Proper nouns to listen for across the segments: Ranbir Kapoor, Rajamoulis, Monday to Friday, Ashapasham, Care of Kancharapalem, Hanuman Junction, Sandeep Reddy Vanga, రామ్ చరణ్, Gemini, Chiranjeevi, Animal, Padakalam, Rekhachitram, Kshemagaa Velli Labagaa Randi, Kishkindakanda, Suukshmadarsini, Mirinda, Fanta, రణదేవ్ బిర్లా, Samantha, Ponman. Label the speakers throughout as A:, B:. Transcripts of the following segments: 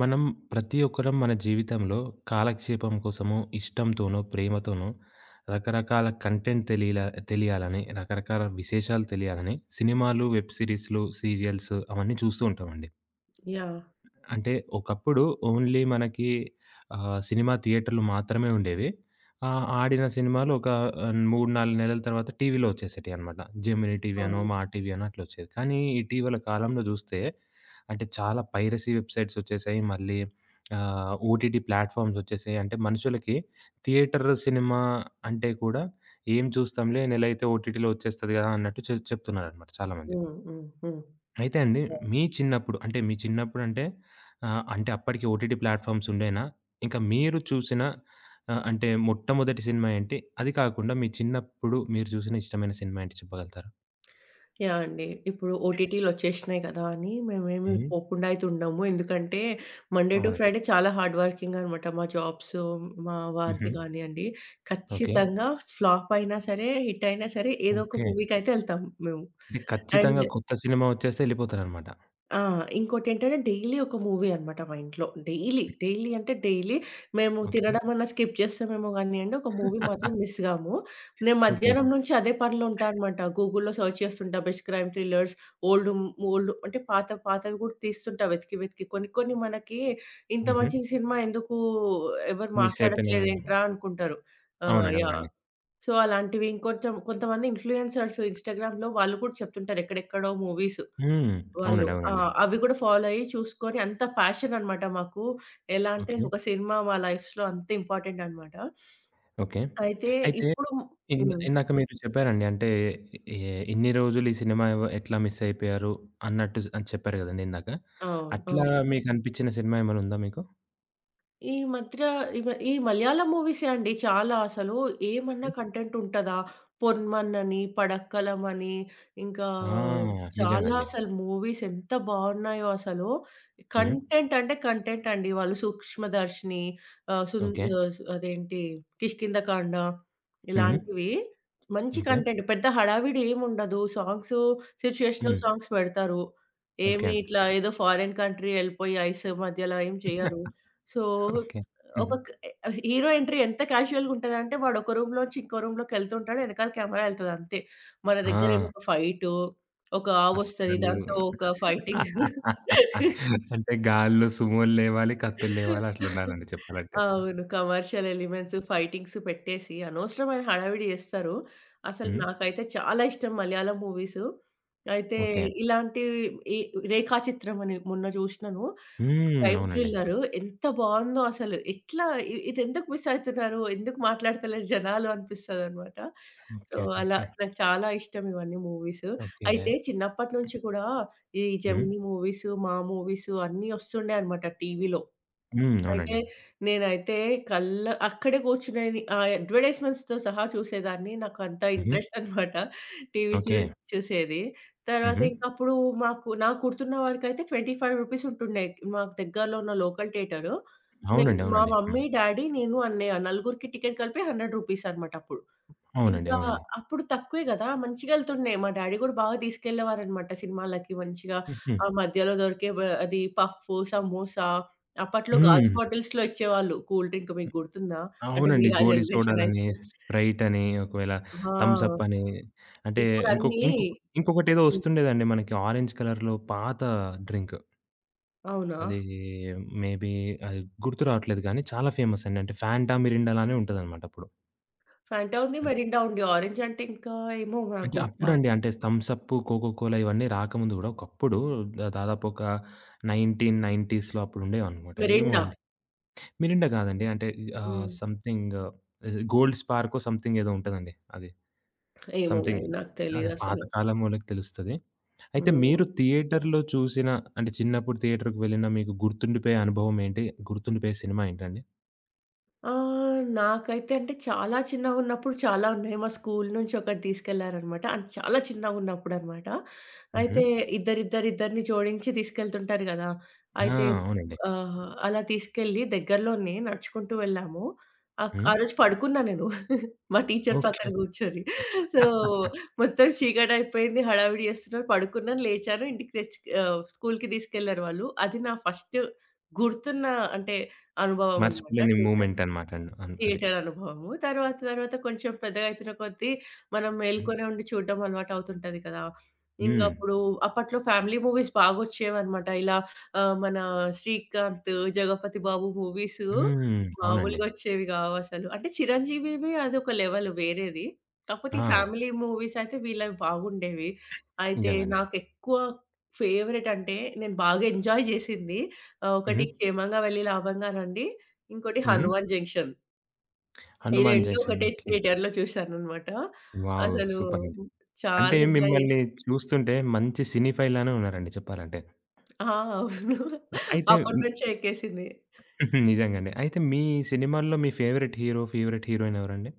A: మనం ప్రతి ఒక్కరం మన జీవితంలో కాలక్షేపం కోసము, ఇష్టంతోనో, ప్రేమతోనో రకరకాల content తెలియాలని, రకరకాల విశేషాలు తెలియాలని సినిమాలు, వెబ్ సిరీస్‌లు, సీరియల్స్ అవన్నీ చూస్తూ ఉంటామండి.
B: యాహ్!
A: అంటే ఒకప్పుడు ఓన్లీ మనకి సినిమా థియేటర్‌లు మాత్రమే ఉండేవి. ఆడిన సినిమాలు ఒక 3, 4 నెలల తర్వాత టీవీలో వచ్చేసేటియనమాట. జెమినీ టీవీ అనో,
B: అవును.
A: మా టీవీ అనో అట్లా వచ్చేది. కానీ ఇటీవల కాలంలో చూస్తే అంటే చాలా పైరసీ వెబ్‌సైట్స్ వచ్చేసాయి. మళ్ళీ ఓటీటీ ప్లాట్‌ఫార్మ్స్ వచ్చేసాయి. అంటే మనుషులకి థియేటర్ సినిమా అంటే కూడా ఏం చూస్తాంలే నెలైతే ఓటీటీలో వచ్చేస్తది కదా! అన్నట్టు చెప్తున్నారనమాట చాలామంది.
B: హ్మ్. హ్మ్. హ్మ్.
A: అయితే అండి, మీ చిన్నప్పుడు అంటే, మీ చిన్నప్పుడంటే అంటే అప్పటికి ఓటీటీ ప్లాట్‌ఫార్మ్స్ ఉండేనా? ఇంకా మీరు చూసిన అంటే మొట్టమొదటి సినిమా ఏంటి? అది కాకుండా మీ చిన్నప్పుడు మీరు చూసిన ఇష్టమైన సినిమా ఏంటి చెప్పగలుగుతారా?
B: యాహ్! అండి, ఇప్పుడు ఓటీటీలొచ్చేసినాయి కదా అని మేమేమి
A: హ్మ్.
B: పోకుండా అయితే ఉండము. ఎందుకంటే మండే టు
A: అవునండి.
B: ఫ్రైడే చాలా హార్డ్ వర్కింగ్ అనమాట. మా జాబ్స్, మా
A: హుహు.
B: వారిది కానియండి.
A: ఓకే.
B: ఖచ్చితంగా ఫ్లాప్ అయినా సరే, హిట్ అయినా సరే ఏదో ఒక
A: ఓకే.
B: మూవీకైతే ఎళ్తాం మేము.
A: అంటే ఖచ్చితంగా
B: అండ్
A: కొత్త సినిమా వచ్చేస్తే ఎళ్ళిపోతారనమాట.
B: ఆ! ఇంకోటేంటంటే డైలీ ఒక మూవీ అన్నమాట మా ఇంట్లో. డైలీ, డైలీ అంటే డైలీ మేము
A: ఓకే.
B: తినడమన్నా స్కిప్ చేస్తామేమో గానియండి, ఒక మూవీ
A: ఆ!
B: మాత్రం మిస్ గాము. నేను
A: ఓకే.
B: మధ్యాహ్నం నుంచి అదే పనిలో ఉంటా అన్నమాట. గూగుల్‌లో సెర్చ్ చేస్తుంటా best crime thrillers, old um old అంటే పాత పాతవి గూడా తీస్తుంటా వెతికి, వెతికి. కొన్ని మనకి ఇంత
A: హుహు.
B: మంచి సినిమా ఎందుకు ఎవరు
A: మిస్ అయిపోయినాము.
B: మాట్లాడట్లేదేంట్రా అనుకుంటారు. ఆ!
A: అవునండి.
B: యాహ్!
A: అవునండి.
B: సో, అలాంటివి ఇంకొంచెం కొంతమంది ఇన్‌ఫ్లుయెన్సర్స్ ఇన్‌స్టాగ్రామ్‌లో వాళ్ళు కూడా చెప్తుంటారు ఎక్కడెక్కడో మూవీస్.
A: హ్మ్.
B: వాళ్ళు
A: అవునండి.
B: ఆ!
A: అవునండి.
B: అవి కూడా ఫాలో అయ్యి చూసుకొని అంత ప్యాషన్ అన్నమాట మాకు. ఎలా అంటే
A: ఓకే.
B: ఒక సినిమా మా లైఫ్స్‌లో అంత ఇంపార్టెంట్ అన్నమాట.
A: ఓకే.
B: అయితే
A: అయితే
B: ఇప్పుడు హ్మ్.
A: ఇందాక మీరు చెప్పారండి. అంటే ఎ ఇన్ని రోజులు ఈ సినిమా ఎట్లా మిస్ అయిపోయారు అన్నట్టు అని చెప్పారు గదండీ ఇందాక.
B: అవును.
A: అట్లా
B: అవును.
A: మీకు అనిపించిన సినిమా ఏమైనా ఉందా మీకు?
B: ఈ మధ్య ఈ మలయాళం మూవీసే అండి చాలా అసలు. ఏమన్నా
A: హ్మ్.
B: కంటెంట్ ఉంటదా? 'పొన్మన్' అని, 'పడక్కలం' అని, ఇంకా
A: ఆ! నిజంగా
B: చాలా
A: అండి.
B: అసలు మూవీస్ ఎంత బావున్నాయో అసలు.
A: హ్మ్.
B: కంటెంట్ అంటే కంటెంట్ అండి. వాళ్ళు 'సూక్ష్మదర్శిని' ఆహ్, సున్
A: ఓకే.
B: ఆహ్, సు అదేంటి 'కిష్కింధకాండ'
A: హ్మ్.
B: ఇలాంటివి మంచి
A: ఓకే.
B: కంటెంట్. పెద్ద హడావిడి ఏముండదు. సాంగ్స్ సిచ్యుయేషనల్
A: హ్మ్.
B: సాంగ్స్ పెడతారు.
A: ఓకే.
B: ఏమి ఇట్లా ఏదో ఫారిన్ కంట్రీ ఎళ్ళిపోయి ఐస్ మధ్యలో ఏం చేయరు. So,
A: okay.
B: ఒక
A: హుహు.
B: క్ హీరో ఎంట్రీ ఎంత క్యాజువల్‌గా ఉంటదంటే, వాడు ఒక రూమ్‌లోంచి ఇంకో రూమ్‌లోకెళ్తుంటాడు. ఎనకాల కెమెరా ఎళ్తది అంతే. మన దగ్గరేమో
A: ఆ!
B: ఒక ఫైటో, ఒక ఆవొస్తది.
A: అస్సలు
B: దాంతో ఒక ఫైటింగ్
A: అంటే గాల్లో సుమోలు లేవాలి, కత్తులు లేవాలి అట్లుండాలండి చెప్పాలంటే.
B: అవును. కమర్షియల్ ఎలిమెంట్స్, ఫైటింగ్స్ పెట్టేసి అనవసరమైన హడావిడి జేస్తారు. అసలు
A: హ్మ్.
B: నాకైతే చాలా ఇష్టం మలయాళం మూవీసు. అయితే
A: ఓకే.
B: ఇలాంటి ఈ 'రేఖాచిత్రం' అని మొన్న జూషినాను.
A: హ్మ్.
B: క్రైమ్
A: అవునండి.
B: థ్రిల్లర్ ఎంత బావుందో అసలు. ఎట్లా ఇదెందుకు మిస్ అయితున్నారు? ఎందుకు మాట్లాడతలేరు జనాలు అనిపిస్తదనమాట. So,
A: okay. ఓకే.
B: అలా
A: ఓకే.
B: నాకు చాలా ఇష్టం ఇవన్నీ మూవీసు.
A: ఓకే.
B: అయితే చిన్నప్పటి నుంచి కూడా ఈ
A: హ్మ్.
B: జెమినీ మూవీసు, మా మూవీసు అన్నీ ఒస్తుండే అనమాట టీవీలో.
A: హ్మ్.
B: అయితే
A: అవునండి.
B: నేనైతే అక్కడే కూర్చునేది. ఆ అడ్వర్టైజ్‌మెంట్స్‌తో సహా చూసేదాన్ని. నాకు అంత
A: హుహు.
B: ఇంట్రెస్ట్ అనమాట. టీవీ చూ
A: ఓకే.
B: చూసేది. తర్వాత
A: హుహు.
B: ఇంక అప్పుడు నాకు గుర్తున్న వరకైతే రూ. 25 ఉంటుండే. మాకు దగ్గరలో ఉన్న లోకల్ థియేటరు. మేం
A: అవునండి.
B: మా
A: అవునండి.
B: మమ్మీ,
A: హ్మ్.
B: డ్యాడీ, నేను, అన్నయ్య నలుగురికి టికెట్ కలిపి రూ. 100 అనమాట అప్పుడు.
A: అవునండి.
B: ఇంకా
A: అవునండి.
B: అప్పుడు తక్కువే గదా! మంచిగెళ్తుండే. మా డ్యాడీ గూడా బాగా తీసుకెళ్ళేవారనమాట సినిమాలకి మంచిగా.
A: హుహు.
B: ఆ మధ్యలో దొరికే అది పఫ్ఫు, సమోసా అప్పట్లో
A: హ్మ్.
B: గాజు బాటిల్స్‌లో ఇచ్చేవాళ్ళు కూల్ డ్రింక్ మీకు గుర్తుందా? అంటే
A: అవునండి.
B: మీరు ఆ
A: గోలీ
B: జనరేషన్
A: సోడాలని,
B: అయితే.
A: స్ప్రైట్ అని, ఒకవేళ థమ్స్ అప్
B: ఆ!
A: అని, అంటే ఇంకొ
B: ఇప్పుడన్నీ
A: ఇంకొ ఇంకొకటేదో
B: హ్మ్.
A: వస్తుండేదండి మనకి ఆరెంజ్ కలర్‌లో పాత డ్రింక్.
B: అవునా?
A: అది మే బీ అది గుర్తు రావట్లేదు గానీ చాలా ఫేమస్ అండి. అంటే ఫాంటా, మిరిండా లానే ఉంటదనమాట అప్పుడు.
B: ఫాంటా ఉంది,
A: అన్
B: మెరిండా ఉంది. ఆరెంజ్ అంటే ఇంకా ఏమో నాకు
A: అంటే
B: గుర్తురావు.
A: అప్పుడండి అంటే థమ్స్ అప్, కోకో కోలా ఇవన్నీ రాకముందు గూడా ఒకప్పుడు దాదాపు ఒక 1990స్‌లో అప్పుడు ఉండేవనమాట. ఏమో
B: మెరిండా.
A: అండి. మిరిండా కాదండి. అంటే
B: హ్మ్.
A: సంథింగ్ గోల్డ్ స్పార్కో సంథింగ్ ఏదో ఉంటదండి అది.
B: ఏమో
A: సంథింగ్
B: మరి నాకు
A: అదే
B: తెలీదసలు.
A: పాతకాలం వాళ్ళకి తెలుస్తది. అయితే
B: హ్మ్.
A: మీరు థియేటర్‌లో చూసిన అంటే చిన్నప్పుడు థియేటర్‌కి వెళ్ళిన మీకు గుర్తుండిపోయే అనుభవం ఏంటి? గుర్తుండిపోయే సినిమా ఏంటండి?
B: నాకైతే అంటే చాలా చిన్నగున్నప్పుడు చాలా ఉన్నాయి. మా స్కూల్ నుంచి ఒకటి తీసుకెళ్లారనమాట. అది చాలా చిన్నగున్నప్పుడనమాట.
A: హుహు.
B: అయితే ఇద్దరిద్దరిద్దరిని జోడించి తీసుకెళ్తుంటారు గదా!
A: ఆ!
B: అయితే
A: అవునండి.
B: అలా తీసుకెళ్ళి దగ్గరలోనే నడుచుకుంటూ వెళ్ళాము.
A: హ్మ్.
B: ఆ రోజు పడుకున్నా నేను. మా టీచర్
A: ఓకే.
B: పక్కన గూర్చొని. సో, మొత్తం చీకటయిపోయింది. హడావిడి చేస్తున్నారు. పడుకున్నాను, లేచాను. ఇంటికి తెచ్చి స్కూల్‌కి తీసుకెళ్లారు వాళ్ళు. అది నా ఫస్ట్ గుర్తున్న అంటే అనుభవం అనమాట.
A: మర్చిపోలేని
B: ట్యూషన్
A: మూమెంట్ అన్నమాట అండి. అది.
B: థియేటర్ అనుభవము. తర్వాత తర్వాత కొంచెం పెద్దగా అయితున్న కొద్దీ మనం
A: హ్మ్.
B: మేల్కొనే ఉండి చూడడం అలవాటవుతుంటది కదా!
A: హ్మ్.
B: ఇంగప్పుడు అప్పట్లో ఫ్యామిలీ మూవీస్ బాగొచ్చేవన్నమాట. ఇలా మన 'శ్రీకాంత్', 'జగపతి బాబు' మూవీసు
A: హ్మ్. అవునండి.
B: మామూలుగొచ్చేవి గావసలు. అంటే 'చిరంజీవివి' అదొక లెవెల్ వేరేది. కాకపోతే ఈ
A: ఆ!
B: ఫ్యామిలీ మూవీస్ అయితే వీళ్ళవి బాగుండేవి. అయితే
A: నిజంగా అండి.
B: నాకెక్కువ ఫేవరెట్ అంటే నేను బాగా ఎంజాయ్ జేసింది
A: హుహు.
B: ఒకటి 'క్షేమంగా వెళ్లి లాభంగా రండి', ఇంకోటి
A: హుహు.
B: 'హనుమాన్ జంక్షన్'. ఈ
A: 'హనుమాన్
B: 2
A: జంక్షన్.'
B: ఒకటే
A: ఓకే.
B: థియేటర్‌లో చూశాననమాట.
A: వావ్!
B: అసలు
A: సూపర్! అంటే
B: చాలా ఎంజాయ్ చేశా.
A: మిమ్మల్ని చూస్తుంటే మంచి సినిఫైల్ లానే ఉన్నారండి చెప్పాలంటే.
B: ఆ! అవును.
A: అయితే
B: అప్పటి నుంచే ఎక్కేసింది.
A: నిజంగానే. అయితే మీ సినిమాల్లో మీ ఫేవరెట్ హీరో, ఫేవరెట్ హీరోయిన్ ఎవరండి?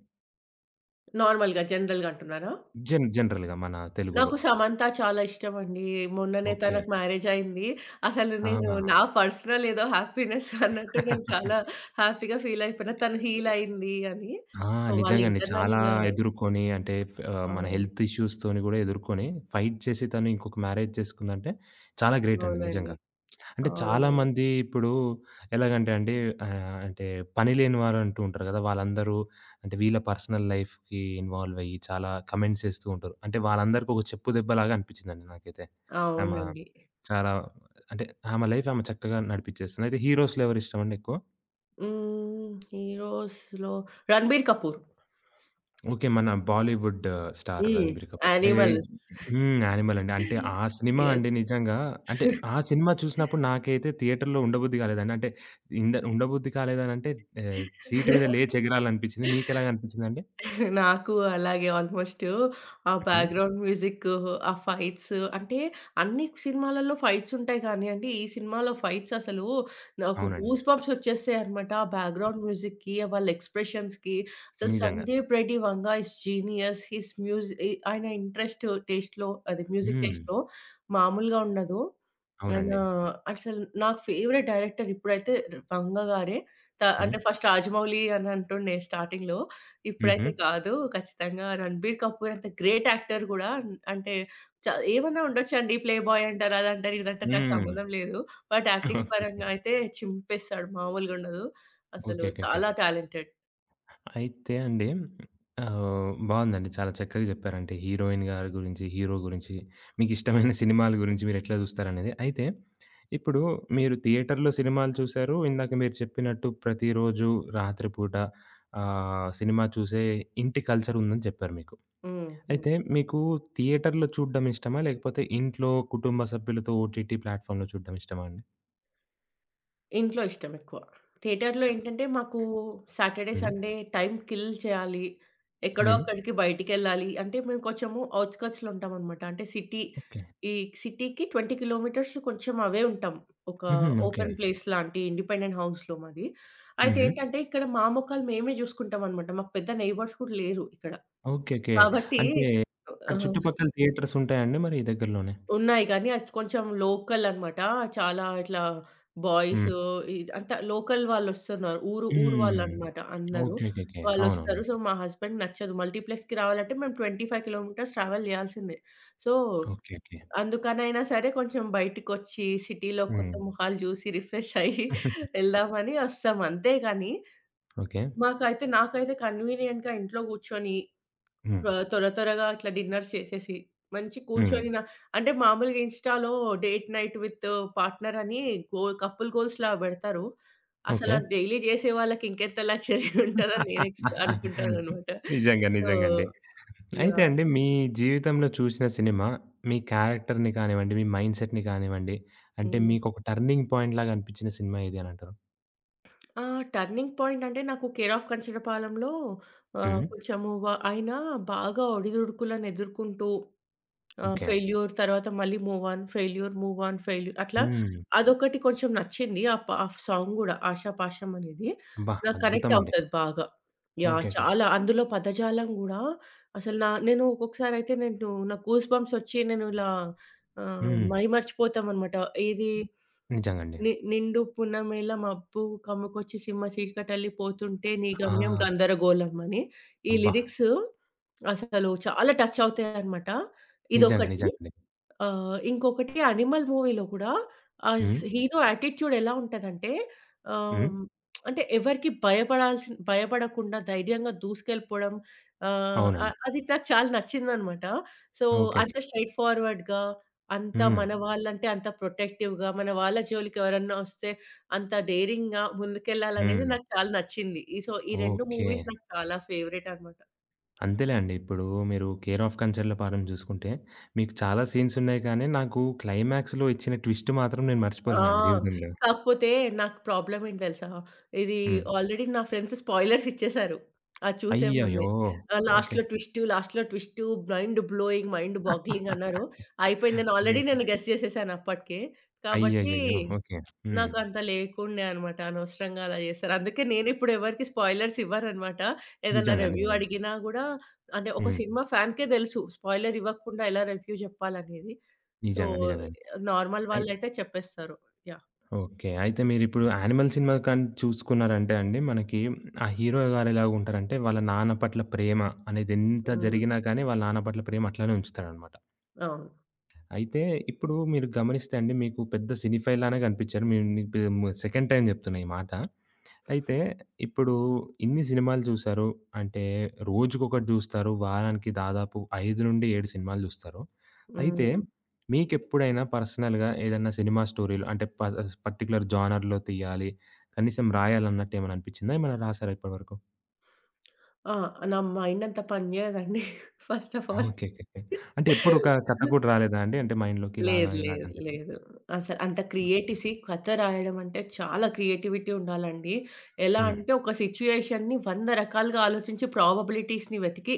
B: నార్మల్‌గా, జనరల్‌గా అంటున్నారా?
A: జనరల్‌గా మన తెలుగులో.
B: నాకు 'సమంత' చాలా ఇష్టమండి. మొన్ననే
A: ఓకే.
B: తనకు మ్యారేజ్ అయింది. అసలు
A: ఆ!
B: నేను నా పర్సనల్ ఏదో హ్యాపీనెస్ అన్నట్టు నేను చాలా హ్యాపీగా ఫీల్ అయిపోయినా తను హీల్ అయింది అని.
A: ఆ!
B: సో, వాళ్ళు
A: నిజంగండి. చాలా
B: ఇంటర్నల్‌గా
A: ఎదుర్కొని అంటే మన
B: అవును.
A: హెల్త్ ఇష్యూస్‌తోని గూడా ఎదుర్కొని ఫైట్ చేసి తను ఇంకొక మ్యారేజ్ చేసుకుందంటే చాలా గ్రేట్ అండి
B: అవునండి.
A: నిజంగా. అంటే
B: అవునవును.
A: చాలామంది ఇప్పుడు ఎలాగంటే అండి ఆహ్, అంటే పని లేని వారంటూ ఉంటారు కదా! వాళ్ళందరూ అంటే వీళ్ళ పర్సనల్ లైఫ్‌కి ఇన్వాల్వ్ అయ్యి చాలా కమెంట్స్ ఎస్తూ ఉంటారు. అంటే వాళ్ళందరికీ ఒక చెప్పు దెబ్బలాగా అనిపించిందండి నాకైతే. ఆమె
B: అవునండి.
A: చాలా అంటే ఆమె లైఫ్ ఆమె చక్కగా నడిపించేస్తుంది. అయితే హీరోస్‌లో ఎవరిష్టమండి ఎక్కువ?
B: హ్మ్. హీరోస్‌లో 'రణబీర్ కపూర్.'
A: ఓకే. మన బాలీవుడ్ స్టార్
B: హ్మ్.
A: 'రణబీర్ కపూర్'. అంటే
B: యానిమల్.
A: హ్మ్. 'యానిమల్' అండి. అంటే ఆ సినిమా
B: యెస్.
A: అండి నిజంగా అంటే ఆ సినిమా చూసినప్పుడు నాకైతే థియేటర్‌లో ఉండబుద్ధి కాలేదండి. అంటే ఉండబుద్ధి కాలేదనంటే ఆహ్, సీట్ మీద లేచి ఎగరాలనిపించింది. మీకెలాగ అనిపించిందండి?
B: నాకు అలాగే ఆల్మోస్టు. ఆ హ్మ్.
A: హ్మ్.
B: బ్యాక్‌గ్రౌండ్ మ్యూజిక్, ఆ ఫైట్స్ అంటే అన్ని సినిమాలలో ఫైట్స్ ఉంటాయి కానియండి, ఈ సినిమాలో ఫైట్స్ అసలు నాకు
A: అవునండి.
B: గూస్ బంప్స్ వచ్చేస్తాయన్నమాట. ఆ బ్యాక్‌గ్రౌండ్ మ్యూజిక్‌కి, వాళ్ళ ఎక్స్‌ప్రెషన్స్‌కి అసలు
A: నిజంగా.
B: Sandeep Reddy Vanga is genius. His muse ఇ ఆయన ఇంట్రెస్ట్ టేస్ట్‌లో అది మ్యూజిక్
A: హ్మ్.
B: టేస్ట్‌లో మామూలుగా ఉండదు. ఆయన
A: అవునండి.
B: అసలు నాకు ఫేవరెట్ డైరెక్టర్ ఇప్పుడైతే 'వంగ' గారే.
A: హ్మ్.
B: అంటే ఫస్ట్ 'రాజమౌళి' అని అంటుండే స్టార్టింగ్‌లో.
A: హుహు.
B: ఇప్పుడైతే కాదు. ఖచ్చితంగా 'రణబీర్ కపూర్' అంత గ్రేట్ యాక్టర్ గూడా అంటే చ ఏమన్నా ఉండొచ్చండి. ప్లే బాయ్ అంటారు, అదంటారు, ఇదంటారు నాకు
A: హ్మ్.
B: సంబంధం లేదు. But acting
A: okay.
B: పరంగా అయితే చింపేస్తాడు. మామూలుగా ఉండదు. అసలు
A: ఓకే. ఓకే. ఓకే.
B: చాలా టాలెంటెడ్.
A: అయితే అండి బావుందండి. చాలా చక్కగా జెప్పారు. అంటే హీరోయిన్ గారి గురించి, హీరో గురించి, మీకిష్టమైన సినిమాల గురించి మీరెట్లా జూస్తారనేది. అయితే ఇప్పుడు మీరు థియేటర్‌లో సినిమాలు చూసారు. ఇందాక మీరు చెప్పినట్టు ప్రతిరోజు రాత్రిపూట సినిమా చూసే ఇంటి కల్చరుందని చెప్పారు మీకు.
B: హ్మ్. హ్మ్.
A: అయితే మీకు థియేటర్‌లో చూడ్డం ఇష్టమా? లేకపోతే ఇంట్లో కుటుంబ సభ్యులతో ఓటీటీ ప్లాట్‌ఫామ్‌లో చూడ్డం ఇష్టమా అండి?
B: ఇంట్లో ఇష్టమెక్కువ. థియేటర్‌లో ఏంటంటే, మాకు సాటర్‌డే,
A: హ్మ్.
B: సండే టైమ్ కిల్ చేయాలి. ఎక్కడో
A: హ్మ్.
B: అక్కడికి బయటికెళ్ళాలి. అంటే, మేము కొంచెము ఔట్‌స్కర్ట్స్‌లో ఉంటామనమాట. అంటే,
A: ఓకే.
B: ఈ సిటీకి 20 కిలోమీటర్స్ కొంచెం అవే ఉంటాం. ఒక
A: హుహు. ఓకే.
B: ఓపెన్ ప్లేస్ లాంటి ఇండిపెండెంట్ హౌస్‌లో మాది. అయితే
A: హుహు.
B: ఏంటంటే, ఇక్కడ మా మొఖాలు మేమే జూసుకుంటామనమాట. మాకు పెద్ద నైబర్స్ కూడా లేరు ఇక్కడ.
A: ఓకే. ఓకే.
B: కాబట్టి
A: అంటే అక్కడ
B: ఆహ్,
A: చుట్టుపక్కల థియేటర్స్ ఉంటాయండి మరి దగ్గరలోనే?
B: ఉన్నాయి గానీ, అది కొంచెం లోకల్ అన్నమాట. చాలా ఇట్లా బాయ్స్
A: హ్మ్.
B: ఇది అంతా లోకల్ వాళ్ళొస్తున్నారు. ఊరు ఊరు
A: హ్మ్.
B: వాళ్ళన్నమాట అందరూ.
A: ఓకే. ఓకే. ఓకే. అవునవును.
B: వాళ్ళొస్తారు. సో, మా హస్బెండ్‌కి నచ్చదు. మల్టీప్లెక్స్‌కి రావాలంటే మేము 25 కిలోమీటర్స్ ట్రావెల్ చేయాల్సిందే. So,
A: okay. ఓకే.
B: అందుకనైనా సరే కొంచెం బయటికొచ్చి సిటీలో
A: హ్మ్.
B: కొత్త మొహాలు చూసి రిఫ్రెష్ అయ్యి వెళ్దామని వస్తాం. అంతే గానీ,
A: ఓకే.
B: నాకైతే కన్వీనియంట్‌గా ఇంట్లో కూర్చొని
A: హ్మ్.
B: త్వరగా ఇట్లా డిన్నర్స్ చేసేసి, మంచి
A: హ్మ్.
B: కూర్చొని నా అంటే మామూలుగా ఇన్‌స్టాలో డేట్ నైట్ విత్ పార్ట్‌నర్ అని గో కపుల్ గోల్స్‌లా పెడతారు. అసలు
A: ఓకే.
B: అది డైలీ చేసే వాళ్ళకి ఇంకెంత లగ్జరీ ఉంటదని నేను అనుకుంటాననమాట.
A: నిజంగా.
B: సో
A: నిజంగండి. అయితే అండి
B: యాహ్!
A: మీ జీవితంలో చూసిన సినిమా మీ క్యారెక్టర్‌ని కానివ్వండి, మీ మైండ్‌సెట్‌ని కానివ్వండి, అంటే
B: హ్మ్.
A: మీకొక టర్నింగ్ పాయింట్‌లాగా అనిపించిన సినిమా ఏది అనంటారు?
B: ఆ! టర్నింగ్ పాయింట్ అంటే నాకు 'కేర్ ఆఫ్ కంచటపాలెంలో' ఆహ్,
A: హ్మ్.
B: కొంచెము వ ఆయన బాగా ఒడిదుడుకులను ఎదుర్కొంటూ
A: ఓకే.
B: ఫెయిల్యూర్ తర్వాత మళ్ళీ move on, failure, move on, failure అట్లా
A: హ్మ్.
B: అదొకటి కొంచెం నచ్చింది. ఆ పా సాంగ్ గూడా 'ఆషాపాషం' అనేది
A: అబ్బా!
B: నాకు కనెక్ట్
A: అద్భుతమండి.
B: అవుతది బాగా.
A: ఓకే. ఓకే.
B: చాలా అందులో పదజాలం గూడా అసలు నేను ఒక్కొక్కసారయితే నాకు గూస్ బంప్స్ ఒచ్చి నేను ఇలా
A: హ్మ్.
B: మైమర్చిపోతామనమాట. ఏది
A: నిజంగండి.
B: నిండు పున్నమేల మబ్బు కమ్ముకొచ్చి సింహ చీకటల్లి పోతుంటే నీ
A: ఆ!
B: గమ్యం గందరగోళం అని. ఈ
A: అబ్బా!
B: లిరిక్స్ అసలు చాలా టచ్ అవుతాయనమాట.
A: నిజంగా.
B: ఇదొకటి.
A: నిజంగండి.
B: ఇంకొకటి 'అనిమల్' మూవీలో కూడా ఆ స్
A: హ్మ్.
B: హీరో యాటిట్యూడ్ ఎలా ఉంటదంటే
A: హ్మ్.
B: ఆహ్, అంటే ఎవరికీ భయపడకుండా ధైర్యంగా దూసుకెళ్ళిపోవడం ఆహ్,
A: అవునండి.
B: ఆహ్, అది నాకు చాలా నచ్చిందనమాట. సో,
A: ఓకేకే.
B: అంత స్ట్రెయిట్ ఫార్వర్డ్‌గా అంత
A: హ్మ్.
B: మన వాళ్ళంటే అంత ప్రొటెక్టివ్‌గా మన వాళ్ళ జోలికి ఎవరన్నా వస్తే అంత డేరింగ్‌గా ముందుకెళ్ళాలనేది
A: హ్మ్.
B: నాకు చాలా నచ్చింది. ఈ సో, ఈ 2
A: ఓకే.
B: మూవీస్ నాకు చాలా ఫేవరెట్ అనమాట.
A: అంతేలే అండి. ఇప్పుడు మీరు 'కేర్ ఆఫ్ కంచర్ల పాలెం' చూసుకుంటే, మీకు చాలా సీన్స్ ఉన్నాయి కానీ, నాకు క్లైమాక్స్‌లో ఇచ్చిన ట్విస్ట్ మాత్రం నేను
B: ఆ!
A: మర్చిపోలేనండి జీవితంలో.
B: కాకపోతే నాకు ప్రాబ్లమ్ ఏంటి తెలుసా? ఇది
A: హ్మ్.
B: ఆల్రెడీ నా ఫ్రెండ్స్ స్పాయిలర్స్ ఇచ్చేసారు. అది చూసే ముందే.
A: అయ్యయ్యో! ఓకే.
B: లాస్ట్‌లో ట్విస్టు, లాస్ట్‌లో twist, mind blowing, mind boggling అన్నారు. అయిపోయింది. నేను గెస్ చేసేసాను అప్పటికే. కాబట్టి
A: అయ్యయ్యయ్యో! ఓకే. హ్మ్.
B: నాకంత లేకుండే అనమాట. అనవసరంగా అలా జేశారు. అందుకే నేనిప్పుడు ఎవరికీ స్పాయిలర్స్ ఇవ్వననమాట. ఏదన్నా
A: నిజంగా.
B: రివ్యూ
A: నిజంగా.
B: అడిగినా గూడా అంటే ఒక
A: హ్మ్.
B: సినిమా ఫ్యాన్‌కే దెలుసు. స్పాయిలర్ ఇవ్వకుండా ఎలా రివ్యూ జెప్పాలనేది. సో,
A: నిజంగా. నిజంగానే.
B: నార్మల్
A: అయి
B: వాళ్ళైతే చెప్పేస్తారు. యాహ్!
A: ఓకే. అయితే మీరిప్పుడు 'యానిమల్' సినిమా కానీ చూసుకున్నారంటే అండి, మనకి ఆ హీరో గారు ఎలాగుంటారంటే, వాళ్ళ నాన్న పట్ల ప్రేమ అనేదెంత
B: హ్మ్.
A: జరిగినా కానీ, వాళ్ళ నాన్న పట్ల ప్రేమ అట్లనే ఉంచుతాడనమాట.
B: అవును.
A: అయితే ఇప్పుడు మీరు గమనిస్తే అండి, మీకు పెద్ద సినిఫైల్ లానే కనిపించారు. మీకు సెకండ్ టైమ్ చెప్తున్నా ఈ మాట. అయితే ఇప్పుడు ఇన్ని సినిమాలు చూసారు. అంటే రోజుకొకటి జూస్తారు. వారానికి దాదాపు 5-7 సినిమాలు జూస్తారు. అయితే
B: హ్మ్.
A: మీకెప్పుడైనా పర్సనల్‌గా ఏదన్నా సినిమా స్టోరీలు అంటే పర్టిక్యులర్ జానర్‌లో తీయాలి. కనీసం రాయాలన్నట్టు ఏమైనా అనిపిచ్చిందా? ఏమైనా రాసారా ఇప్పటి వరకు?
B: ఆ! నా మైండ్ అంత పని జేయదండి ఫస్ట్ ఆఫ్ ఆల్.
A: ఓకే. ఓకేకే. అంటే ఎప్పుడు ఒక కథ కూడా రాలేదా అండి? అంటే మైండ్‌లోకి ఇలాగా
B: లేదు.
A: ఇలాగ
B: లేదు.
A: అని చెప్పి.
B: లేదు. అసలు అంత
A: ఓకే.
B: క్రియేటివ్‌సి కథ రాయడం అంటే చాలా క్రియేటివిటీ ఉండాలండి. ఎలా
A: హ్మ్.
B: అంటే ఒక సిట్యుయేషన్‌ని 100 రకాలుగా ఆలోచించి ప్రాబబిలిటీస్‌ని వెతికి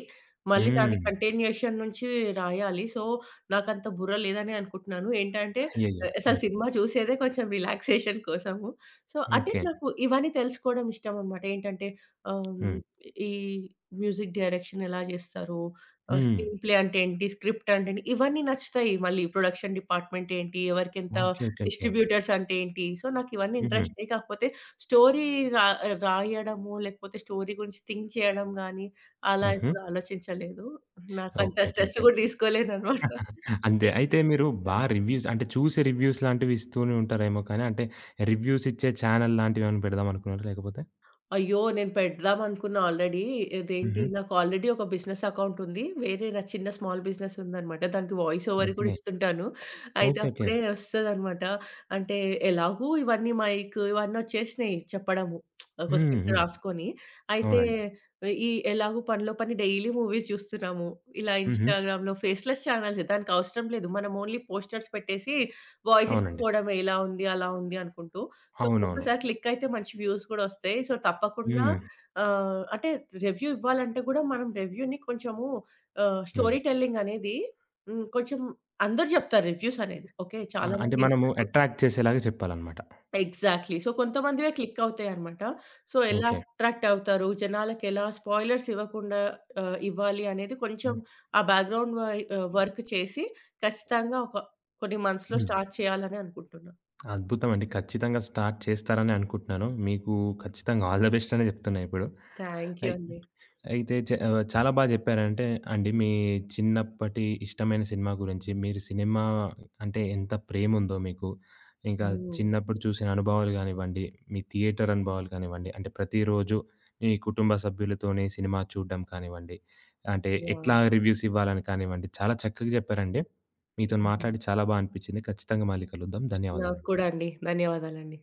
B: మళ్ళీ దాని
A: హ్మ్.
B: కంటిన్యూయేషన్ నుంచి రాయాలి. సో, నాకంత బుర్ర లేదని అనుకుంటున్నాను. ఏంటంటే
A: అయ్యయ్యో!
B: అసలు
A: హ్మ్.
B: సినిమా చూసేదే కొంచెం రిలాక్సేషన్ కోసము. సో, అంటే
A: ఓకే.
B: నాకు ఇవన్నీ తెలుసుకోవడం ఇష్టమనమాట. ఏంటంటే ఆహ్,
A: హ్మ్.
B: ఈ మ్యూజిక్ డైరెక్షన్ ఎలా చేస్తారు?
A: హ్మ్.
B: స్క్రీన్ ప్లే అంటే ఏంటి? స్క్రిప్ట్ అంటే ఏంటి? ఇవన్నీ నచ్చుతాయి. మళ్ళీ ప్రొడక్షన్ డిపార్ట్‌మెంట్ ఏంటి? ఎవరికెంత
A: ఓకే. ఓకే. ఓకే.
B: డిస్ట్రిబ్యూటర్స్ అంటే ఏంటి? సో, నాకు ఇవన్నీ
A: హుహు.
B: ఇంట్రెస్టే. కాకపోతే స్టోరీ రా రాయడము, లేకపోతే స్టోరీ గురించి థింక్ చేయడం గానీ, అలా
A: హుహు.
B: ఎప్పుడు ఆలోచించలేదు.
A: ఓకే.
B: నాకంత
A: ఓకే.
B: స్ట్రెస్ గూడా
A: ఓకే.
B: తీసుకోలేదనమాట.
A: అంతే. అయితే మీరు బా రివ్యూస్ అంటే చూసి రివ్యూస్ లాంటివి ఇస్తూనే ఉంటారేమో కానీ అంటే రివ్యూస్ ఇచ్చే ఛానల్ లాంటివేమైనా పెడదాం అనుకున్నారా లేకపోతే?
B: అయ్యో! నేను పెడదామనుకున్నా ఆల్రెడీ. ఇదేంటి
A: హుహు.
B: నాకు ఆల్రెడీ ఒక బిజినెస్ అకౌంట్ ఉంది. వేరే నా చిన్న స్మాల్ బిజినెస్ ఉందనమాట. దానికి వాయిస్ ఓవర్ కూడా
A: ఓకే.
B: ఇస్తుంటాను. అయితే
A: ఓకే. ఓకే.
B: అప్పుడే వస్తదనమాట. అంటే ఎలాగో ఇవన్నీ మైక్ ఇవన్నీ వచ్చేసినాయి చెప్పడము. ఒక
A: హ్మ్.
B: స్క్రిప్ట్
A: హ్మ్.
B: రాసుకొని. అయితే
A: అవునండి.
B: ఈ ఎలాగో పనిలో పని డైలీ మూవీస్ చూస్తున్నాము. ఇలా
A: హుహు.
B: ఇన్‌స్టాగ్రామ్‌లో ఫేస్‌లెస్ చానెల్స్ దానికి అవసరం లేదు. మనం ఓన్లీ పోస్టర్స్ పెట్టేసి వాయిస్ ఇస్తూ
A: అవునండి.
B: పోవడమే ఇలా ఉంది, అలా ఉంది అనుకుంటూ. సో,
A: అవునవును.
B: ఒక్కసారి క్లిక్ అయితే మంచి వ్యూస్ గూడా ఒస్తాయి. సో, తప్పకుండా
A: హ్మ్.
B: అంటే రివ్యూ ఇవ్వాలంటే గూడా మనం రివ్యూని కొంచెము
A: హ్మ్.
B: స్టోరీ టెల్లింగ్ అనేది కొంచెం అందరూ జెప్తారు రివ్యూస్ అనేది. ఓకే.
A: ఆ!
B: చాలా
A: అంటే
B: మంది
A: మనము
B: జెప్తారు.
A: అట్రాక్ట్ చేసేలాగా చెప్పాలనమాట.
B: ఎగ్జాక్ట్‌లీ. సో, కొంతమందివే క్లిక్ అవుతాయన్నమాట. సో, ఎలా
A: ఓకే.
B: అట్రాక్ట్ అవుతారు? జనాలకి ఎలా స్పాయిలర్స్ ఇవ్వకుండా ఇవ్వాలి అనేది కొంచెం
A: హ్మ్.
B: ఆ బ్యాక్‌గ్రౌండ్ వై ఆహ్, వర్క్ చేసి ఖచ్చితంగా కొన్ని మంత్స్‌లో
A: హ్మ్.
B: స్టార్ట్ చేయాలని అనుకుంటున్నా.
A: అద్భుతమండి. ఖచ్చితంగా స్టార్ట్ చేస్తారని అనుకుంటున్నాను. మీకు ఖచ్చితంగా ఆల్ ద బెస్ట్ అనే చెప్తున్నా ఇప్పుడు.
B: థ్యాంక్ యూ
A: అయి
B: అండి.
A: అయితే చాలా బా జెప్పారంటే అండి మీ చిన్నప్పటి ఇష్టమైన సినిమా గురించి, మీరు సినిమా అంటే ఎంత ప్రేముందో మీకు, ఇంకా
B: హ్మ్.
A: చిన్నప్పుడు చూసిన అనుభవాలు గానివ్వండి, మీ థియేటర్ అనుభవాలు కానివ్వండి, అంటే ప్రతిరోజు మీ కుటుంబ సభ్యులతోని సినిమా చూడడం కానివ్వండి, అంటే ఎట్లా
B: యాహ్!
A: రివ్యూస్ ఇవ్వాలని కానివ్వండి, చాలా చక్కగా జెప్పారండి. మీతోని మాట్లాడి చాలా బా అనిపిచ్చింది. ఖచ్చితంగా మళ్ళీ కలుద్దాం.
B: నాకు
A: ధన్యవాదాలండి.
B: కూడా అండి. ధన్యవాదాలండి.